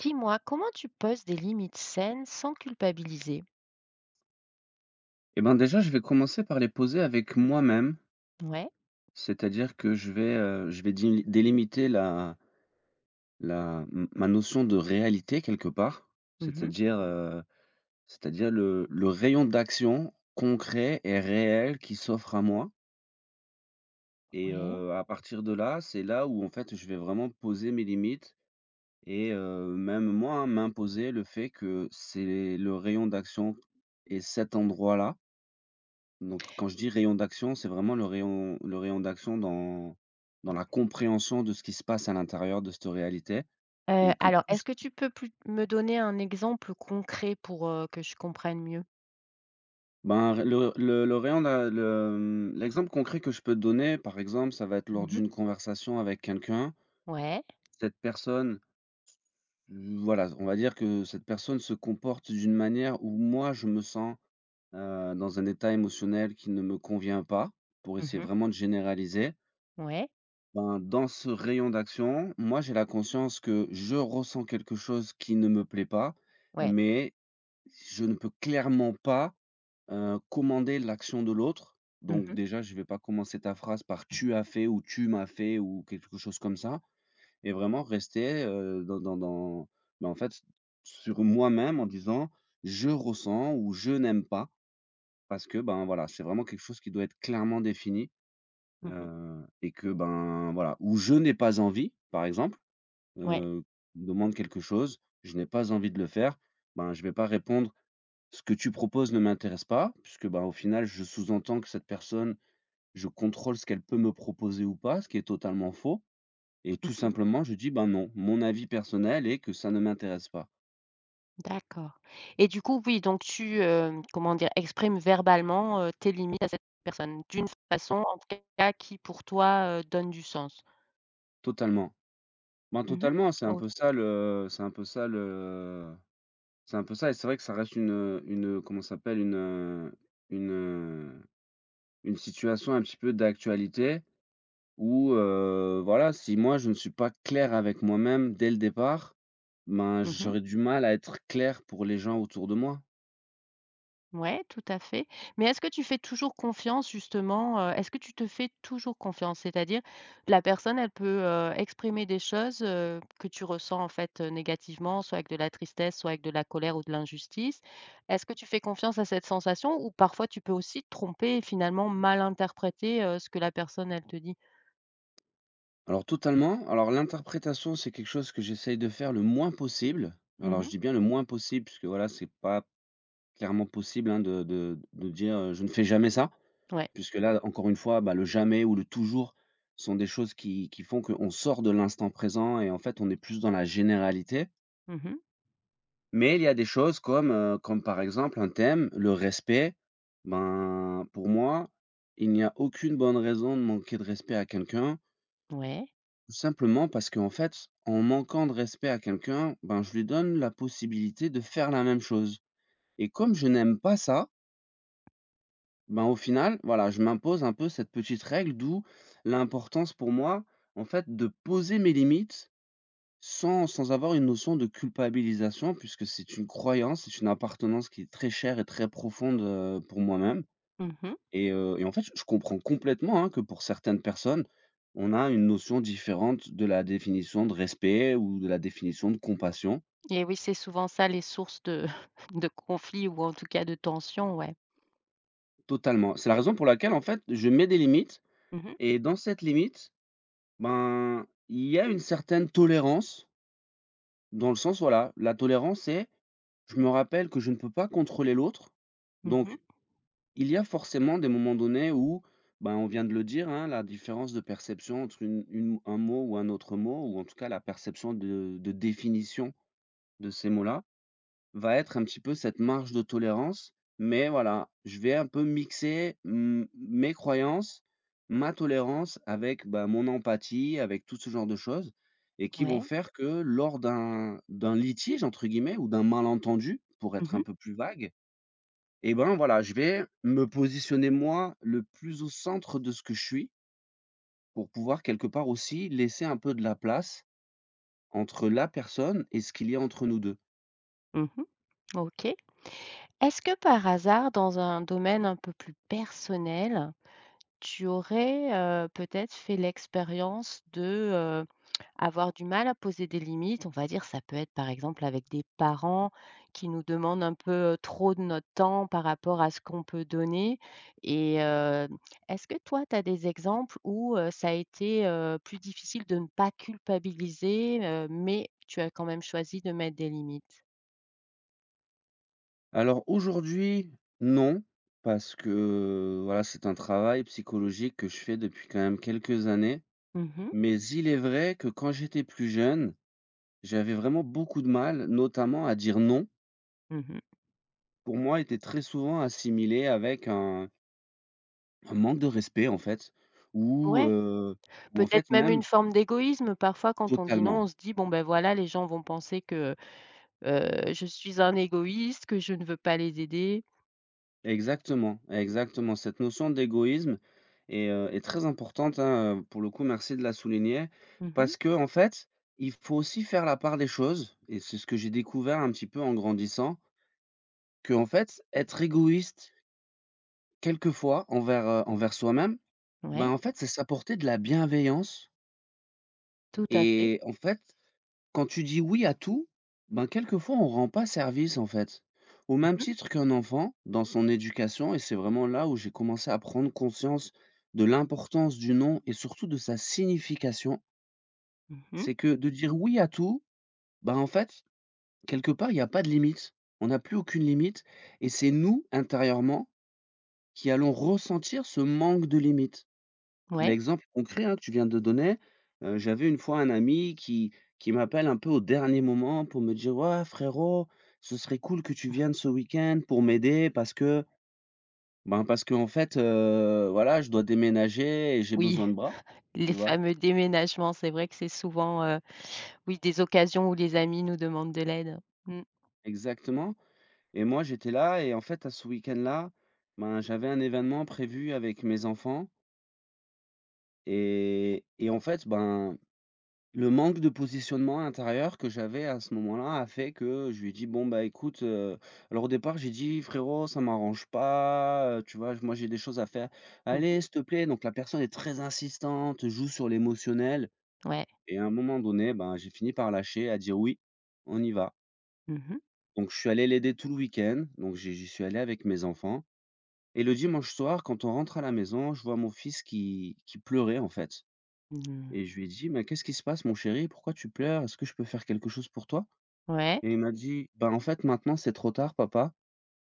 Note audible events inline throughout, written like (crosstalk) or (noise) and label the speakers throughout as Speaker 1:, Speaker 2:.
Speaker 1: Dis-moi, comment tu poses des limites saines sans culpabiliser?
Speaker 2: Eh ben, déjà, je vais commencer par les poser avec moi-même,
Speaker 1: Ouais.
Speaker 2: c'est-à-dire que je vais délimiter la la m ma notion de réalité quelque part,
Speaker 1: Mmh.
Speaker 2: c'est-à-dire, le rayon d'action concret et réel qui s'offre à moi et
Speaker 1: Ouais.
Speaker 2: à partir de là, c'est là où, en fait, je vais vraiment poser mes limites et même moi, hein, m'imposer le fait que c'est le rayon d'action et cet endroit-là. Donc quand je dis rayon d'action, c'est vraiment le rayon d'action dans la compréhension de ce qui se passe à l'intérieur de cette réalité
Speaker 1: Heu,
Speaker 2: et que
Speaker 1: alors,
Speaker 2: tout
Speaker 1: est-ce
Speaker 2: ce
Speaker 1: que
Speaker 2: qui,
Speaker 1: tu peux plus me donner un exemple concret pour que je comprenne mieux?
Speaker 2: ben, le rayon d'a le, mmh, l'exemple concret que je peux te donner, par exemple, ça va être lors
Speaker 1: Mmh.
Speaker 2: d'une conversation avec quelqu'un.
Speaker 1: Ouais.
Speaker 2: Cette personne, voilà, on va dire que cette personne se comporte d'une manière où moi je me sens, dans un état émotionnel qui ne me convient pas, pour essayer
Speaker 1: Mmh.
Speaker 2: vraiment de généraliser.
Speaker 1: Ouais.
Speaker 2: Ben, dans ce rayon d'action, moi, j'ai la conscience que je ressens quelque chose qui ne me plaît pas,
Speaker 1: Ouais.
Speaker 2: mais je ne peux clairement pas, commander l'action de l'autre.
Speaker 1: Mmh
Speaker 2: Donc
Speaker 1: mh.
Speaker 2: déjà, je ne vais pas commencer ta phrase par: «Tu as fait» ou «Tu m'as fait» ou quelque chose comme ça et vraiment rester, dans, ben, en fait, sur moi-même en disant: «Je ressens» ou «Je n'aime pas», parce que, ben, voilà, c'est vraiment quelque chose qui doit être clairement défini.
Speaker 1: Mmh.
Speaker 2: Et que, ben, voilà, ou je n'ai pas envie, par exemple,
Speaker 1: Ouais.
Speaker 2: heu, on me demande quelque chose, je n'ai pas envie de le faire, ben, je vais pas répondre: «Ce que tu proposes ne m'intéresse pas», puisque, ben, au final, je sous-entends que cette personne, je contrôle ce qu'elle peut me proposer ou pas, ce qui est totalement faux, et tout
Speaker 1: Mmh.
Speaker 2: simplement, je dis: «Ben, non, mon avis personnel est que ça ne m'intéresse pas».
Speaker 1: D'accord. Et du coup, oui, donc tu comment dire? Exprimes verbalement tes limites à cette personne, d'une façon, en tout cas, qui pour toi, donne du sens.
Speaker 2: Totalement. Ben,
Speaker 1: Mmh.
Speaker 2: totalement,
Speaker 1: OK.
Speaker 2: c'est un peu ça le c'est un peu ça. Et c'est vrai que ça reste une, comment ça s'appelle? Une, une situation un petit peu d'actualité où, voilà, si moi je ne suis pas clair avec moi-même dès le départ, ben,
Speaker 1: Mmh.
Speaker 2: j'aurais du mal à être clair pour les gens autour de moi.
Speaker 1: Ouais, tout à fait. Mais est-ce que tu fais toujours confiance justement, est-ce que tu te fais toujours confiance? C'est-à-dire, la personne, elle peut exprimer des choses que tu ressens en fait, négativement, soit avec de la tristesse, soit avec de la colère ou de l'injustice. Est-ce que tu fais confiance à cette sensation ou parfois tu peux aussi te tromper et finalement mal interpréter ce que la personne, elle te dit?
Speaker 2: Alors totalement, alors l'interprétation, c'est quelque chose que j'essaye de faire le moins possible.
Speaker 1: Mmh
Speaker 2: Alors je
Speaker 1: mh.
Speaker 2: dis bien le moins possible puisque voilà, c'est pas clairement possible, hein, de dire, «Je ne fais jamais ça»,
Speaker 1: Ouais.
Speaker 2: puisque là, encore une fois, bah, le jamais ou le toujours sont des choses qui font qu'on sort de l'instant présent et en fait, on est plus dans la généralité.
Speaker 1: Mmh.
Speaker 2: Mais il y a des choses comme, comme par exemple un thème, le respect. Ben, pour moi, il n'y a aucune bonne raison de manquer de respect à quelqu'un,
Speaker 1: Ouais.
Speaker 2: tout simplement parce qu'en fait, en manquant de respect à quelqu'un, ben, je lui donne la possibilité de faire la même chose et comme je n'aime pas ça, ben, au final, voilà, je m'impose un peu cette petite règle, d'où l'importance pour moi, en fait, de poser mes limites. Sans avoir une notion de culpabilisation puisque c'est une croyance, c'est une appartenance qui est très chère et très profonde, pour moi-même.
Speaker 1: Mmh.
Speaker 2: Et en fait, je comprends complètement, hein, que pour certaines personnes, on a une notion différente de la définition de respect ou de la définition de compassion.
Speaker 1: Et oui, c'est souvent ça les sources de (laughs) de conflits ou en tout cas de tensions, ouais.
Speaker 2: Totalement. C'est la raison pour laquelle, en fait, je mets des limites
Speaker 1: Mmh mh.
Speaker 2: et dans cette limite, ben, il y a une certaine tolérance dans le sens, voilà, la tolérance, c'est je me rappelle que je ne peux pas contrôler l'autre,
Speaker 1: Mmh.
Speaker 2: donc il y a forcément des moments donnés où, ben, on vient de le dire, hein, la différence de perception entre une un mot ou un autre mot, ou en tout cas la perception de définition de ces mots-là, va être un petit peu cette marge de tolérance. Mais voilà, je vais un peu mixer, mes croyances, ma tolérance avec, ben, mon empathie, avec tout ce genre de choses, et qui vont
Speaker 1: Ouais.
Speaker 2: faire que lors d'un «litige» entre guillemets ou d'un malentendu, pour
Speaker 1: Mmh
Speaker 2: être un
Speaker 1: mh.
Speaker 2: peu plus vague, et ben, voilà, je vais me positionner moi le plus au centre de ce que je suis pour pouvoir quelque part aussi laisser un peu de la place entre la personne et ce qu'il y a entre nous deux.
Speaker 1: Mmh. OK. Est-ce que par hasard, dans un domaine un peu plus personnel, tu aurais peut-être fait l'expérience de, heu, avoir du mal à poser des limites? On va dire, ça peut être par exemple avec des parents qui nous demandent un peu, trop de notre temps par rapport à ce qu'on peut donner et est-ce que toi, tu as des exemples où ça a été plus difficile de ne pas culpabiliser, mais tu as quand même choisi de mettre des limites?
Speaker 2: Alors aujourd'hui, non, parce que voilà, c'est un travail psychologique que je fais depuis quand même quelques années,
Speaker 1: Mmh mh.
Speaker 2: mais il est vrai que quand j'étais plus jeune, j'avais vraiment beaucoup de mal, notamment à dire non.
Speaker 1: Mmh.
Speaker 2: Pour moi, était très souvent assimilé avec un manque de respect en fait, ou,
Speaker 1: Ouais,
Speaker 2: heu, ou en
Speaker 1: peut-être
Speaker 2: fait
Speaker 1: même une
Speaker 2: même…
Speaker 1: forme d'égoïsme. Parfois, quand on dit non,
Speaker 2: Totalement.
Speaker 1: on se dit: «Bon, ben, voilà, les gens vont penser que je suis un égoïste, que je ne veux pas les aider».
Speaker 2: Exactement, exactement. Cette notion d'égoïsme est, est très importante, hein, pour le coup, merci de la souligner. Parce
Speaker 1: Mmh.
Speaker 2: que en fait, il faut aussi faire la part des choses et c'est ce que j'ai découvert un petit peu en grandissant, que en fait, être égoïste quelquefois envers, envers soi-même, ben,
Speaker 1: Ouais,
Speaker 2: en fait, c'est s'apporter de la bienveillance
Speaker 1: tout à fait.
Speaker 2: et en fait, quand tu dis «oui» à tout, ben, quelquefois, on rend pas service, en fait. Au
Speaker 1: Mmh
Speaker 2: même
Speaker 1: mh.
Speaker 2: titre qu'un enfant dans son éducation, et c'est vraiment là où j'ai commencé à prendre conscience de l'importance du «non» et surtout de sa signification.
Speaker 1: Mmh.
Speaker 2: C'est que de dire «oui» à tout, ben en fait, quelque part, il y a pas de limite. On n'a plus aucune limite et c'est nous, intérieurement, qui allons ressentir ce manque de limite.
Speaker 1: Ouais,
Speaker 2: L'exemple concret, hein, que tu viens de donner, j'avais une fois un ami qui m'appelle un peu au dernier moment pour me dire: «Ouais frérot, ce serait cool que tu viennes ce week-end pour m'aider parce que, en fait, voilà, je dois déménager et j'ai
Speaker 1: oui,
Speaker 2: besoin de bras»,
Speaker 1: (laughs)
Speaker 2: tu
Speaker 1: les
Speaker 2: vois?
Speaker 1: fameux déménagements, c'est vrai que c'est souvent oui, des occasions où les amis nous demandent de l'aide. Mmh.
Speaker 2: Exactement, et moi j'étais là et en fait à ce week-end-là, ben, j'avais un événement prévu avec mes enfants et en fait, ben, le manque de positionnement intérieur que j'avais à ce moment-là a fait que je lui ai dit: «Bon, bah, écoute,» alors au départ, j'ai dit: «Frérot, ça m'arrange pas, tu vois? Moi, j'ai des choses à faire.
Speaker 1: Mmh mh.
Speaker 2: Allez, s'il te plaît». Donc la personne est très insistante, joue sur l'émotionnel
Speaker 1: Ouais.
Speaker 2: et à un moment donné, ben, j'ai fini par lâcher, à dire: «Oui, on y va».
Speaker 1: Mmh mh.
Speaker 2: Donc je suis allé l'aider tout le week-end, donc j'y suis allé avec mes enfants, et le dimanche soir, quand on rentre à la maison, je vois mon fils qui pleurait, en fait.
Speaker 1: Mmh.
Speaker 2: Et je lui ai dit: «Mais qu'est-ce qui se passe mon chéri? Pourquoi tu pleures? Est-ce que je peux faire quelque chose pour toi?»
Speaker 1: Ouais
Speaker 2: Et il m'a dit: «Ben, en fait, maintenant, c'est trop tard papa».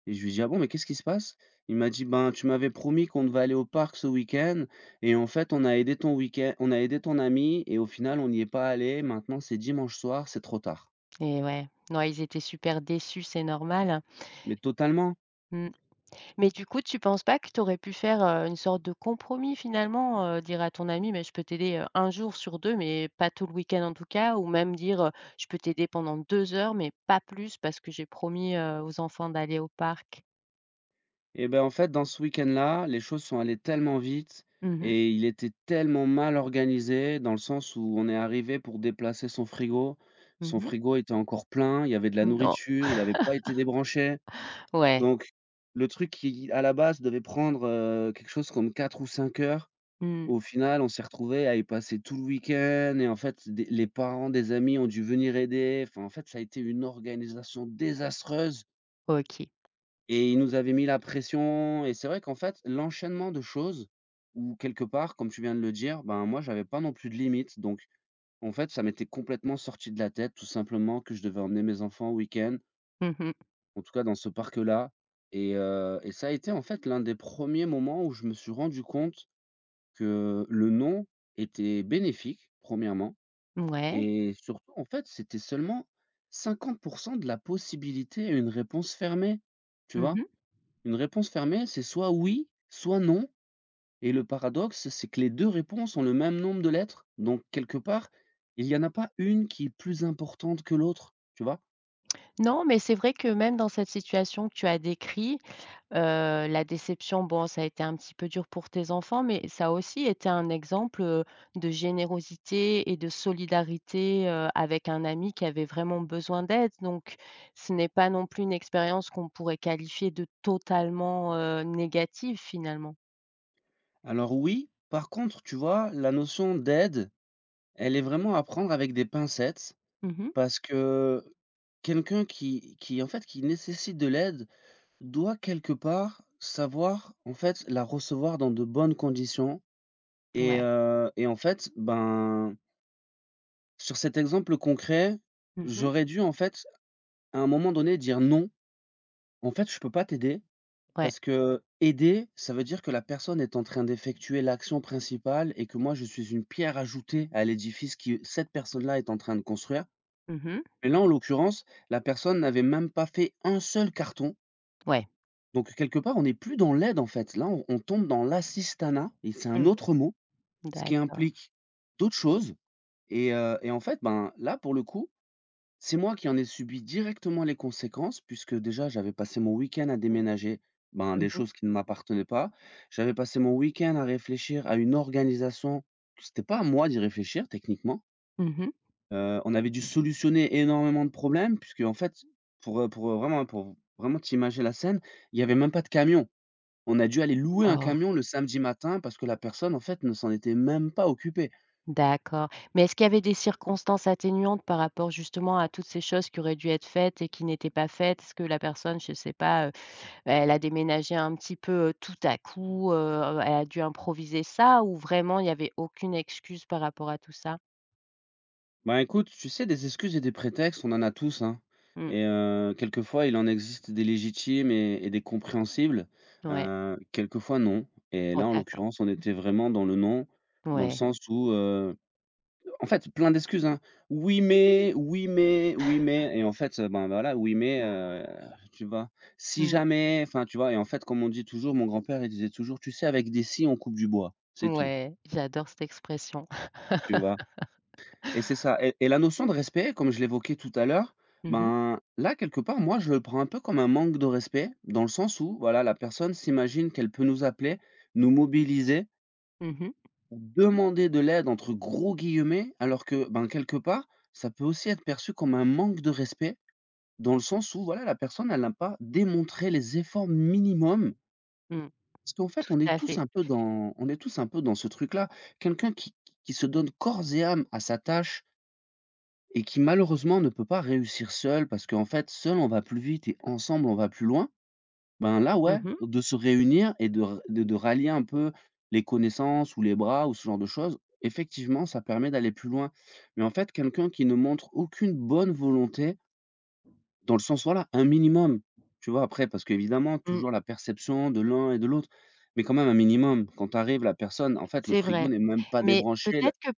Speaker 2: Et je lui ai dit: «Ah bon, mais qu'est-ce qui se passe?» Il m'a dit: «Ben, tu m'avais promis qu'on devait aller au parc ce week-end et en fait, on a aidé ton ami et au final, on n'y est pas allé. Maintenant, c'est dimanche soir, c'est trop tard».
Speaker 1: et ouais. Ouais, ils étaient super déçus, c'est normal.
Speaker 2: Mais totalement.
Speaker 1: Mmh. Mais du coup, tu penses pas que tu aurais pu faire une sorte de compromis finalement, dire à ton ami: «Mais je peux t'aider, 1 jour sur 2, mais pas tout le week-end en tout cas», ou même dire: «Je peux t'aider pendant 2 heures, mais pas plus parce que j'ai promis aux enfants d'aller au parc»?
Speaker 2: Et ben en fait, dans ce week-end-là, les choses sont allées tellement vite
Speaker 1: Mmh mh.
Speaker 2: et il était tellement mal organisé dans le sens où on est arrivé pour déplacer son frigo. Son
Speaker 1: Mmh.
Speaker 2: frigo était encore plein, il y avait de la
Speaker 1: Non.
Speaker 2: nourriture, il avait pas été débranché.
Speaker 1: Ouais.
Speaker 2: Donc le truc qui, à la base, devait prendre, quelque chose comme 4 ou 5 heures,
Speaker 1: Mmh.
Speaker 2: au final, on s'est retrouvé à y passer tout le week-end et en fait, des les parents des amis ont dû venir aider. Enfin, en fait, ça a été une organisation désastreuse.
Speaker 1: OK.
Speaker 2: Et ils nous avaient mis la pression et c'est vrai qu'en fait, l'enchaînement de choses ou quelque part, comme tu viens de le dire, ben, moi, j'avais pas non plus de limite. Donc, en fait, ça m'était complètement sorti de la tête, tout simplement, que je devais emmener mes enfants au week-end,
Speaker 1: Mmh mh.
Speaker 2: en tout cas dans ce parc-là. Et ça a été en fait l'un des premiers moments où je me suis rendu compte que le non était bénéfique, premièrement.
Speaker 1: Mouais.
Speaker 2: Et surtout, en fait, c'était seulement 50% de la possibilité à une réponse fermée. Tu vois?
Speaker 1: Mmh.
Speaker 2: Une réponse fermée, c'est soit oui, soit non, et le paradoxe, c'est que les 2 réponses ont le même nombre de lettres, donc quelque part, il y en a pas une qui est plus importante que l'autre, tu vois?
Speaker 1: Non, mais c'est vrai que même dans cette situation que tu as décrite. Heu, la déception bon, ça a été un petit peu dur pour tes enfants, mais ça a aussi été un exemple de générosité et de solidarité, avec un ami qui avait vraiment besoin d'aide. Donc ce n'est pas non plus une expérience qu'on pourrait qualifier de totalement négative finalement.
Speaker 2: Alors oui, par contre, tu vois, la notion d'aide, elle est vraiment à prendre avec des pincettes
Speaker 1: Mmh.
Speaker 2: parce que quelqu'un qui, en fait, qui nécessite de l'aide doit quelque part savoir, en fait, la recevoir dans de bonnes conditions
Speaker 1: Ouais.
Speaker 2: et en fait, ben. Sur cet exemple concret,
Speaker 1: Mmh.
Speaker 2: j'aurais dû en fait, à un moment donné, dire: «Non, en fait, je peux pas t'aider»
Speaker 1: Ouais.
Speaker 2: parce que aider, ça veut dire que la personne est en train d'effectuer l'action principale et que moi, je suis une pierre ajoutée à l'édifice qui cette personne-là est en train de construire.
Speaker 1: Mmh.
Speaker 2: Mais là, en l'occurrence, la personne n'avait même pas fait un seul carton.
Speaker 1: Ouais.
Speaker 2: Donc quelque part, on n'est plus dans l'aide, en fait. Là, on tombe dans l'assistanat et c'est un
Speaker 1: Mmh.
Speaker 2: autre mot, ce qui
Speaker 1: D'accord.
Speaker 2: implique d'autres choses et en fait, ben, là, pour le coup. C'est moi qui en ai subi directement les conséquences puisque déjà j'avais passé mon week-end à déménager, ben,
Speaker 1: Mmh
Speaker 2: des
Speaker 1: mh.
Speaker 2: choses qui ne m'appartenaient pas. J'avais passé mon week-end à réfléchir à une organisation, c'était pas à moi d'y réfléchir techniquement.
Speaker 1: Mmh.
Speaker 2: On avait dû solutionner énormément de problèmes puisque en fait, pour, vraiment, pour vraiment t'imaginer la scène, il y avait même pas de camion. On a dû aller louer un
Speaker 1: Oh.
Speaker 2: camion le samedi matin parce que la personne en fait ne s'en était même pas occupée.
Speaker 1: D'accord. Mais est-ce qu'il y avait des circonstances atténuantes par rapport justement à toutes ces choses qui auraient dû être faites et qui n'étaient pas faites? Est-ce que la personne, je ne sais pas, elle a déménagé un petit peu, tout à coup, elle a dû improviser ça ou vraiment il y avait aucune excuse par rapport à tout ça?
Speaker 2: Bah, écoute, tu sais, des excuses et des prétextes, on en a tous, hein.
Speaker 1: Mmh,
Speaker 2: Et quelquefois, il en existe des légitimes et des compréhensibles.
Speaker 1: ouais.
Speaker 2: Quelquefois, non. Et
Speaker 1: Oh
Speaker 2: là, en
Speaker 1: d'accord.
Speaker 2: l'occurrence, on était vraiment dans le non, dans le
Speaker 1: Ouais.
Speaker 2: sens où, en fait, plein d'excuses, hein. «Oui, mais, oui, mais, oui, mais» et en fait, ben, voilà, oui, mais, tu vois? «Si
Speaker 1: Mmh,
Speaker 2: jamais», enfin, tu vois? Et en fait, comme on dit toujours, mon grand-père, il disait toujours: «Tu sais, avec des si, on coupe du bois, c'est tout»,
Speaker 1: ouais, j'adore cette expression.
Speaker 2: tu vois?
Speaker 1: (laughs)
Speaker 2: Et c'est ça et la notion de respect, comme je l'évoquais tout à l'heure,
Speaker 1: Mmh mh.
Speaker 2: ben, là, quelque part, moi, je le prends un peu comme un manque de respect, dans le sens où, voilà, la personne s'imagine qu'elle peut nous appeler, nous mobiliser,
Speaker 1: Mmh.
Speaker 2: demander de «l'aide» entre gros guillemets, alors que, ben, quelque part, ça peut aussi être perçu comme un manque de respect, dans le sens où, voilà, la personne, elle n'a pas démontré les efforts minimums.
Speaker 1: Mmh,
Speaker 2: Parce qu'en fait,
Speaker 1: tout à fait.
Speaker 2: on est tous un peu dans ce truc-là. Quelqu'un qui se donne corps et âme à sa tâche et qui malheureusement ne peut pas réussir seul parce qu'en fait, seul on va plus vite et ensemble on va plus loin. Ben là,
Speaker 1: Mmh
Speaker 2: ouais,
Speaker 1: mh.
Speaker 2: de se réunir et de r de rallier un peu les connaissances ou les bras ou ce genre de choses, effectivement, ça permet d'aller plus loin. Mais en fait, quelqu'un qui ne montre aucune bonne volonté, dans le sens, voilà, un minimum, tu vois? Après, parce qu'évidemment,
Speaker 1: Mmh.
Speaker 2: toujours la perception de l'un et de l'autre, mais quand même un minimum. Quand tu arrives, la personne, en fait, le
Speaker 1: C'est
Speaker 2: frigo
Speaker 1: vrai.
Speaker 2: n'est même pas
Speaker 1: Mais
Speaker 2: débranché.
Speaker 1: peut-être que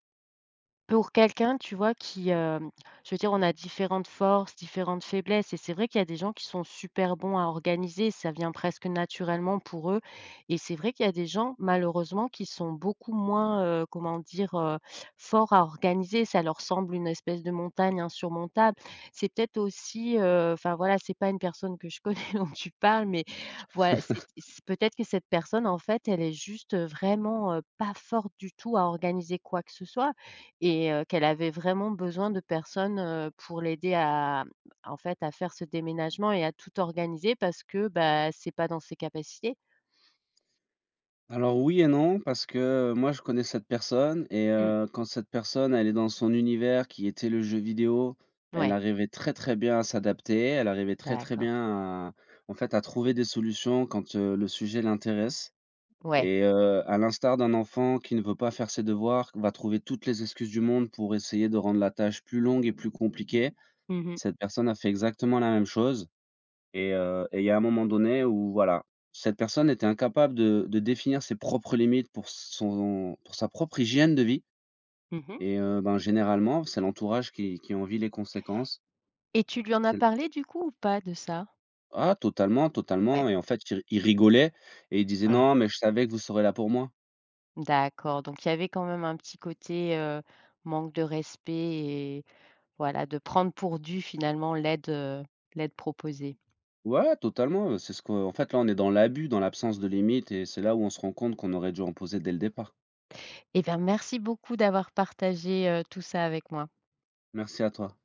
Speaker 1: pour quelqu'un, tu vois, qui, je veux dire, on a différentes forces, différentes faiblesses et c'est vrai qu'il y a des gens qui sont super bons à organiser, ça vient presque naturellement pour eux et c'est vrai qu'il y a des gens, malheureusement, qui sont beaucoup moins, comment dire, forts à organiser. Ça leur semble une espèce de montagne insurmontable. C'est peut-être aussi, enfin, voilà, c'est pas une personne que je connais (laughs) dont tu parles, mais voilà, c'est peut-être que cette personne, en fait, elle est juste, vraiment, pas forte du tout à organiser quoi que ce soit et qu'elle avait vraiment besoin de personnes, pour l'aider à en fait, à faire ce déménagement et à tout organiser parce que, bah, c'est pas dans ses capacités?
Speaker 2: Alors oui et non, parce que moi je connais cette personne et
Speaker 1: Mmh.
Speaker 2: quand cette personne, elle est dans son univers qui était le jeu vidéo, elle
Speaker 1: Ouais,
Speaker 2: arrivait très, très bien à s'adapter, elle arrivait très, très
Speaker 1: d'accord.
Speaker 2: bien à en fait, à trouver des solutions quand, le sujet l'intéresse
Speaker 1: Ouais.
Speaker 2: et à l'instar d'un enfant qui ne veut pas faire ses devoirs, va trouver toutes les excuses du monde pour essayer de rendre la tâche plus longue et plus compliquée.
Speaker 1: Mmh mh.
Speaker 2: Cette personne a fait exactement la même chose. Et il y a un moment donné où voilà, cette personne était incapable de définir ses propres limites pour son pour sa propre hygiène de vie
Speaker 1: Mmh.
Speaker 2: et ben, généralement, c'est l'entourage qui en vit les conséquences.
Speaker 1: Et tu lui en as
Speaker 2: C'est
Speaker 1: parlé du coup ou pas de ça?
Speaker 2: ah totalement,
Speaker 1: Ouais.
Speaker 2: totalement et en fait, il rigolait et il disait:
Speaker 1: Ah,
Speaker 2: «Non, mais je savais que vous serez là pour moi».
Speaker 1: d'accord, donc il y avait quand même un petit côté, manque de respect et voilà, de prendre pour dû finalement l'aide, l'aide proposée.
Speaker 2: Ouais, totalement, c'est ce qu'en fait, là, on est dans l'abus, dans l'absence de limites et c'est là où on se rend compte qu'on aurait dû en poser dès le départ.
Speaker 1: Eh bien merci beaucoup d'avoir partagé tout ça avec moi.
Speaker 2: Merci à toi.